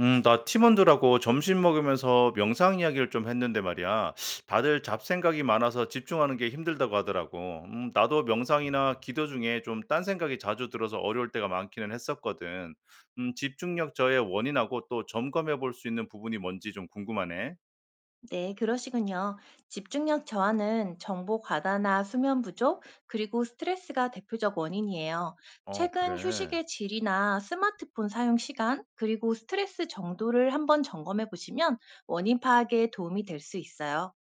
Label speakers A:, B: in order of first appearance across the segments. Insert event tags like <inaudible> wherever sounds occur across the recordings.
A: 나 팀원들하고 점심 먹으면서 명상 이야기를 좀 했는데 말이야. 다들 잡생각이 많아서 집중하는 게 힘들다고 하더라고. 나도 명상이나 기도 중에 좀 딴 생각이 자주 들어서 어려울 때가 많기는 했었거든. 집중력 저의 원인하고 또 점검해 볼 수 있는 부분이 뭔지 좀 궁금하네.
B: 네, 그러시군요. 집중력 저하는 정보 과다나 수면 부족, 그리고 스트레스가 대표적 원인이에요.
A: 어,
B: 최근
A: 그래.
B: 휴식의 질이나 스마트폰 사용 시간, 그리고 스트레스 정도를 한번 점검해 보시면 원인 파악에 도움이 될 수 있어요.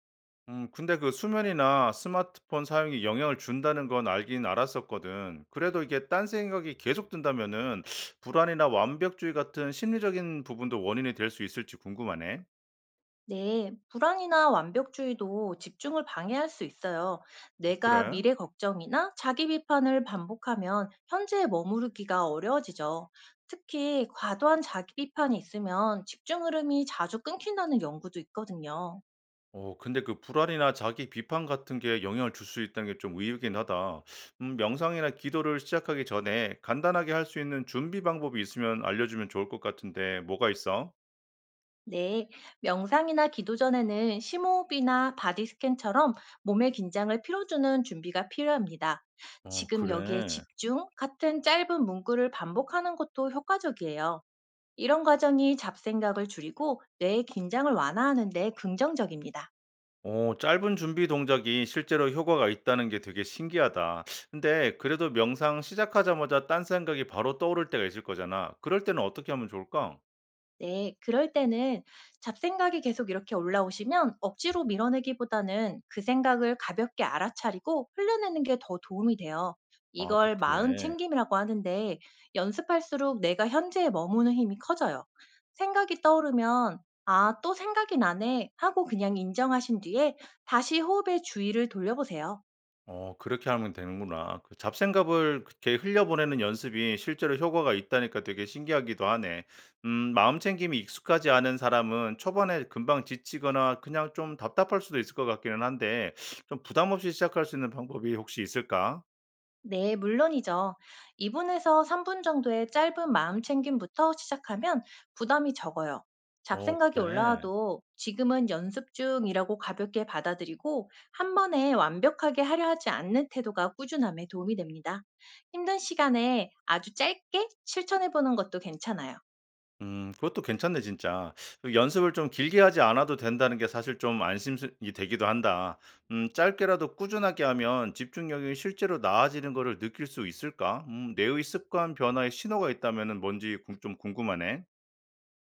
A: 근데 그 수면이나 스마트폰 사용이 영향을 준다는 건 알긴 알았었거든. 그래도 이게 딴 생각이 계속 든다면은 <sucks teeth> 불안이나 완벽주의 같은 심리적인 부분도 원인이 될 수 있을지 궁금하네.
B: 네, 불안이나 완벽주의도 집중을 방해할 수 있어요.
A: 어,
B: 내가
A: 그래?
B: 미래 걱정이나 자기 비판을 반복하면 현재에 머무르기가 어려워지죠. 특히 과도한 자기 비판이 있으면 집중 흐름이 자주 끊긴다는 연구도 있거든요.
A: 어, 근데 그 불안이나 자기 비판 같은 게 영향을 줄 수 있다는 게 좀 의외긴 하다. 명상이나 기도를 시작하기 전에 간단하게 할 수 있는 준비 방법이 있으면 알려주면 좋을 것 같은데 뭐가 있어?
B: 네, 명상이나 기도 전에는 심호흡이나 바디 스캔처럼 몸의 긴장을 풀어주는 준비가 필요합니다.
A: 어,
B: 지금 여기에
A: 그래.
B: 집중 같은 짧은 문구를 반복하는 것도 효과적이에요. 이런 과정이 잡생각을 줄이고 뇌의 긴장을 완화하는 데 긍정적입니다.
A: 오 짧은 준비 동작이 실제로 효과가 있다는 게 되게 신기하다. 근데 그래도 명상 시작하자마자 딴 생각이 바로 떠오를 때가 있을 거잖아. 그럴 때는 어떻게 하면 좋을까?
B: 네, 그럴 때는 잡생각이 계속 이렇게 올라오시면 억지로 밀어내기보다는 그 생각을 가볍게 알아차리고 흘려내는 게 더 도움이 돼요.
A: 아, 또
B: 이걸
A: 그래.
B: 마음 챙김이라고 하는데 연습할수록 내가 현재에 머무는 힘이 커져요. 생각이 떠오르면 아, 또 생각이 나네 하고 그냥 인정하신 뒤에 다시 호흡에 주의를 돌려보세요.
A: 어, 그렇게 하면 되는구나. 그 잡생각을 이렇게 흘려보내는 연습이 실제로 효과가 있다니까 되게 신기하기도 하네. 마음 챙김이 익숙하지 않은 사람은 초반에 금방 지치거나 그냥 좀 답답할 수도 있을 것 같기는 한데, 좀 부담 없이 시작할 수 있는 방법이 혹시 있을까?
B: 네, 물론이죠. 2분에서 3분 정도의 짧은 마음 챙김부터 시작하면 부담이 적어요.
A: 어,
B: 잡생각이
A: 그래.
B: 올라와도 지금은 연습 중이라고 가볍게 받아들이고 한 번에 완벽하게 하려 하지 않는 태도가 꾸준함에 도움이 됩니다. 힘든 시간에 아주 짧게 실천해 보는 것도 괜찮아요.
A: 그것도 괜찮네 진짜. 그 '연습을 좀 길게 하지 않아도 된다는 게 사실 좀 안심이 되기도 한다.' '짧게라도 꾸준하게 하면 집중력이 실제로 나아지는 거를 느낄 수 있을까?' 뇌의 습관 변화에 신호가 있다면은 뭔지 궁 좀 궁금하네.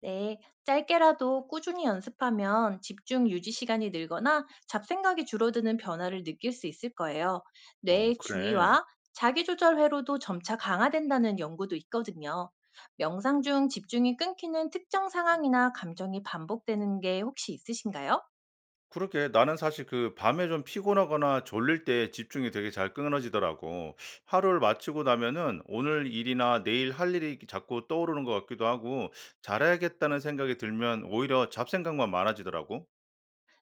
B: 네, 짧게라도 꾸준히 연습하면 집중 유지 시간이 늘거나 잡생각이 줄어드는 변화를 느낄 수 있을 거예요.
A: 어
B: 뇌의
A: 그래.
B: 주의와 자기조절 회로도 점차 강화된다는 연구도 있거든요. 명상 중 집중이 끊기는 특정 상황이나 감정이 반복되는 게 혹시 있으신가요?
A: 그러게 나는 사실 그 밤에 좀 피곤하거나 졸릴 때 집중이 되게 잘 끊어지더라고. 하루를 마치고 나면은 오늘 일이나 내일 할 일이 자꾸 떠오르는 것 같기도 하고 잘해야겠다는 생각이 들면 오히려 잡생각만 많아지더라고.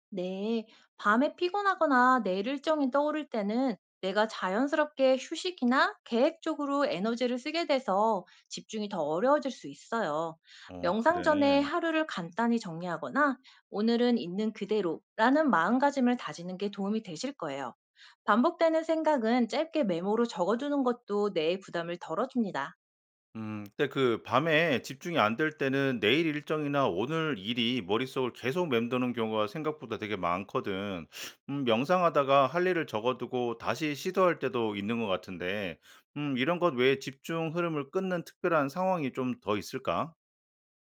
B: 네, 밤에 피곤하거나 내일 일정이 떠오를 때는 내가 자연스럽게 휴식이나 계획적으로 에너지를 쓰게 돼서 집중이 더 어려워질 수 있어요.
A: 어,
B: 명상 전에
A: 그래.
B: 하루를 간단히 정리하거나 오늘은 있는 그대로라는 마음가짐을 다지는 게 도움이 되실 거예요. 반복되는 생각은 짧게 메모로 적어두는 것도 뇌의 부담을 덜어줍니다.
A: 근데 그 밤에 집중이 안 될 때는 내일 일정이나 오늘 일이 머릿속을 계속 맴도는 경우가 생각보다 되게 많거든. 명상하다가 할 일을 적어두고 다시 시도할 때도 있는 것 같은데, 이런 것 외에 집중 흐름을 끊는 특별한 상황이 좀 더 있을까?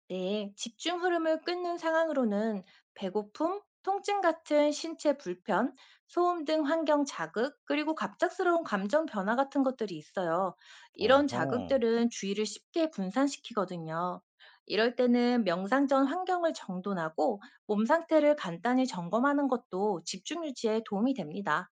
B: 네, 집중 흐름을 끊는 상황으로는 배고픔, 통증 같은 신체 불편, 소음 등 환경 자극, 그리고 갑작스러운 감정 변화 같은 것들이 있어요. 이런
A: 어허.
B: 자극들은 주의를 쉽게 분산시키거든요. 이럴 때는 명상 전 환경을 정돈하고 몸 상태를 간단히 점검하는 것도 집중 유지에 도움이 됩니다.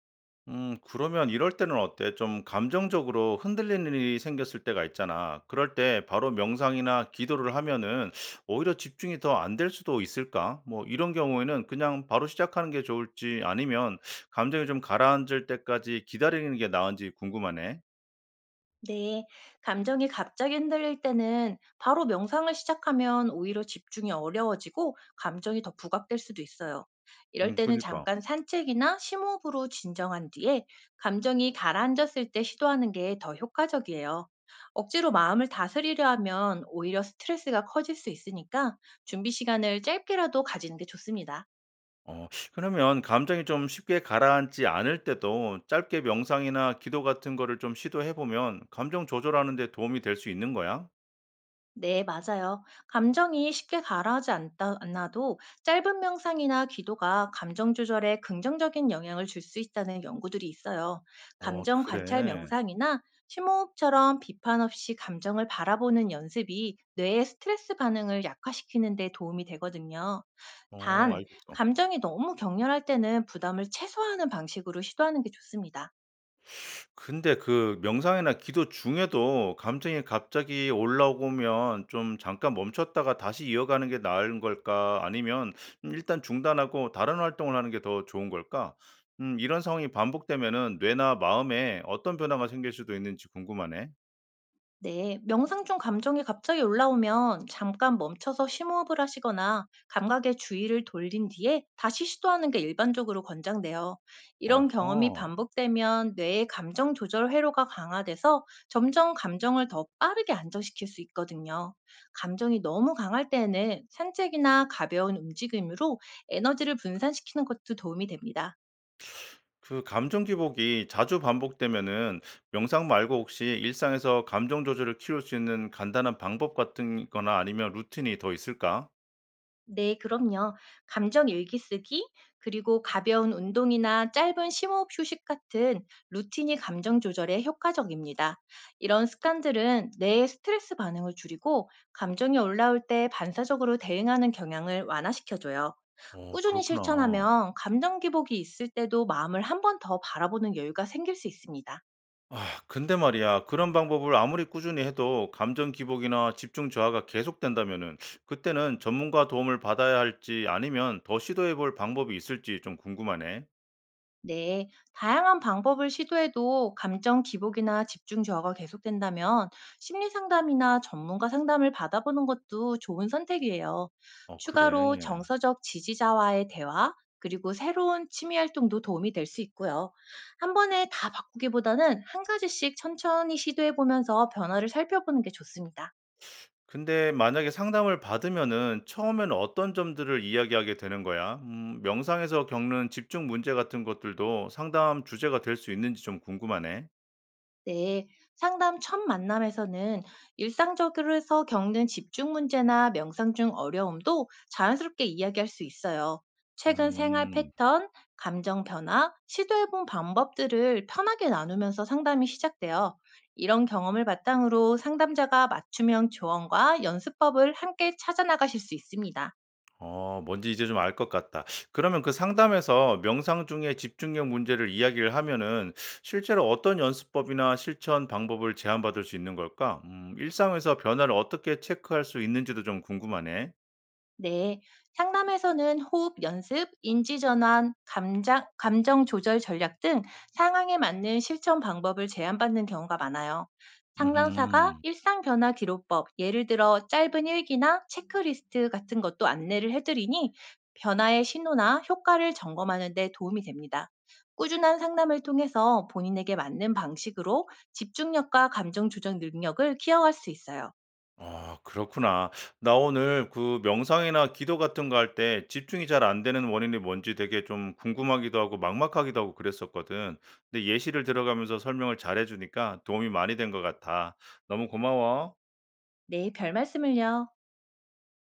A: 그러면 이럴 때는 어때? 좀 감정적으로 흔들리는 일이 생겼을 때가 있잖아. 그럴 때 바로 명상이나 기도를 하면은 오히려 집중이 더 안 될 수도 있을까? 뭐 이런 경우에는 그냥 바로 시작하는 게 좋을지 아니면 감정이 좀 가라앉을 때까지 기다리는 게 나은지 궁금하네.
B: 네, 감정이 갑자기 흔들릴 때는 바로 명상을 시작하면 오히려 집중이 어려워지고 감정이 더 부각될 수도 있어요. 이럴 때는
A: 그니까.
B: 잠깐 산책이나 심호흡으로 진정한 뒤에 감정이 가라앉았을 때 시도하는 게 더 효과적이에요. 억지로 마음을 다스리려 하면 오히려 스트레스가 커질 수 있으니까 준비 시간을 짧게라도 가지는 게 좋습니다.
A: 어 그러면 감정이 좀 쉽게 가라앉지 않을 때도 짧게 명상이나 기도 같은 거를 좀 시도해 보면 감정 조절하는 데 도움이 될 수 있는 거야?
B: 네, 맞아요. 감정이 쉽게 않아도 짧은 명상이나 기도가 감정 조절에 긍정적인 영향을 줄 수 있다는 연구들이 있어요.
A: 어
B: 감정 관찰
A: 그래.
B: 명상이나 심호흡처럼 비판 없이 감정을 바라보는 연습이 뇌의 스트레스 반응을 약화시키는 데 도움이 되거든요.
A: 어
B: 단,
A: 알겠어.
B: 감정이 너무 격렬할 때는 부담을 최소화하는 방식으로 시도하는 게 좋습니다.
A: 근데 그 명상이나 기도 중에도 감정이 갑자기 올라오면 좀 잠깐 멈췄다가 다시 이어가는 게 나은 걸까? 아니면 일단 중단하고 다른 활동을 하는 게 더 좋은 걸까? 이런 상황이 반복되면은 뇌나 마음에 어떤 변화가 생길 수도 있는지 궁금하네.
B: 네, 명상 중 감정이 갑자기 올라오면 잠깐 멈춰서 심호흡을 하시거나 감각의 주의를 돌린 뒤에 다시 시도하는 게 일반적으로 권장돼요. 이런 경험이
A: 어허.
B: 반복되면 뇌의 감정 조절 회로가 강화돼서 점점 감정을 더 빠르게 안정시킬 수 있거든요. 감정이 너무 강할 때에는 산책이나 가벼운 움직임으로 에너지를 분산시키는 것도 도움이 됩니다.
A: 그 감정 기복이 자주 반복되면은 명상 말고 혹시 일상에서 감정 조절을 키울 수 있는 간단한 방법 같은 거나 아니면 루틴이 더 있을까?
B: 네, 그럼요. 감정 일기 쓰기, 그리고 가벼운 운동이나 짧은 심호흡 휴식 같은 루틴이 감정 조절에 효과적입니다. 이런 습관들은 뇌의 스트레스 반응을 줄이고 감정이 올라올 때 반사적으로 대응하는 경향을 완화시켜줘요.
A: 어,
B: 꾸준히
A: 그렇구나.
B: 실천하면 감정 기복이 있을 때도 마음을 한 번 더 바라보는 여유가 생길 수 있습니다.
A: 아, 근데 말이야, 그런 방법을 아무리 꾸준히 해도 감정 기복이나 집중 저하가 계속된다면은 그때는 전문가 도움을 받아야 할지 아니면 더 시도해 볼 방법이 있을지 좀 궁금하네.
B: 네, 다양한 방법을 시도해도 감정 기복이나 집중 저하가 계속된다면 심리 상담이나 전문가 상담을 받아보는 것도 좋은 선택이에요.
A: 어, 그래.
B: 추가로 정서적 지지자와의 대화, 그리고 새로운 취미 활동도 도움이 될 수 있고요. 한 번에 다 바꾸기보다는 한 가지씩 천천히 시도해 보면서 변화를 살펴보는 게 좋습니다.
A: 근데 만약에 상담을 받으면은 처음에는 어떤 점들을 이야기하게 되는 거야? 명상에서 겪는 집중 문제 같은 것들도 상담 주제가 될 수 있는지 좀 궁금하네.
B: 네, 상담 첫 만남에서는 일상적으로서 겪는 집중 문제나 명상 중 어려움도 자연스럽게 이야기할 수 있어요. 최근 생활
A: 음.
B: 패턴, 감정 변화, 시도해본 방법들을 편하게 나누면서 상담이 시작돼요. 이런 경험을 바탕으로 상담자가 맞춤형 조언과 연습법을 함께 찾아나가실 수 있습니다.
A: 어 뭔지 이제 좀 알 것 같다. 그러면 그 상담에서 명상 중에 집중력 문제를 이야기를 하면은 실제로 어떤 연습법이나 실천 방법을 제안받을 수 있는 걸까? 일상에서 변화를 어떻게 체크할 수 있는지도 좀 궁금하네.
B: 네, 상담에서는 호흡 연습, 인지전환, 감정 조절 전략 등 상황에 맞는 실천 방법을 제안받는 경우가 많아요. 상담사가
A: 음
B: 일상 변화 기록법, 예를 들어 짧은 일기나 체크리스트 같은 것도 안내를 해드리니 변화의 신호나 효과를 점검하는 데 도움이 됩니다. 꾸준한 상담을 통해서 본인에게 맞는 방식으로 집중력과 감정 조절 능력을 키워갈 수 있어요.
A: 아 그렇구나. 나 오늘 그 명상이나 기도 같은 거 할 때 집중이 잘 안 되는 원인이 뭔지 되게 좀 궁금하기도 하고 막막하기도 하고 그랬었거든. 근데 예시를 들어가면서 설명을 잘해 주니까 도움이 많이 된 것 같아. 너무 고마워.
B: 네, 별 말씀을요.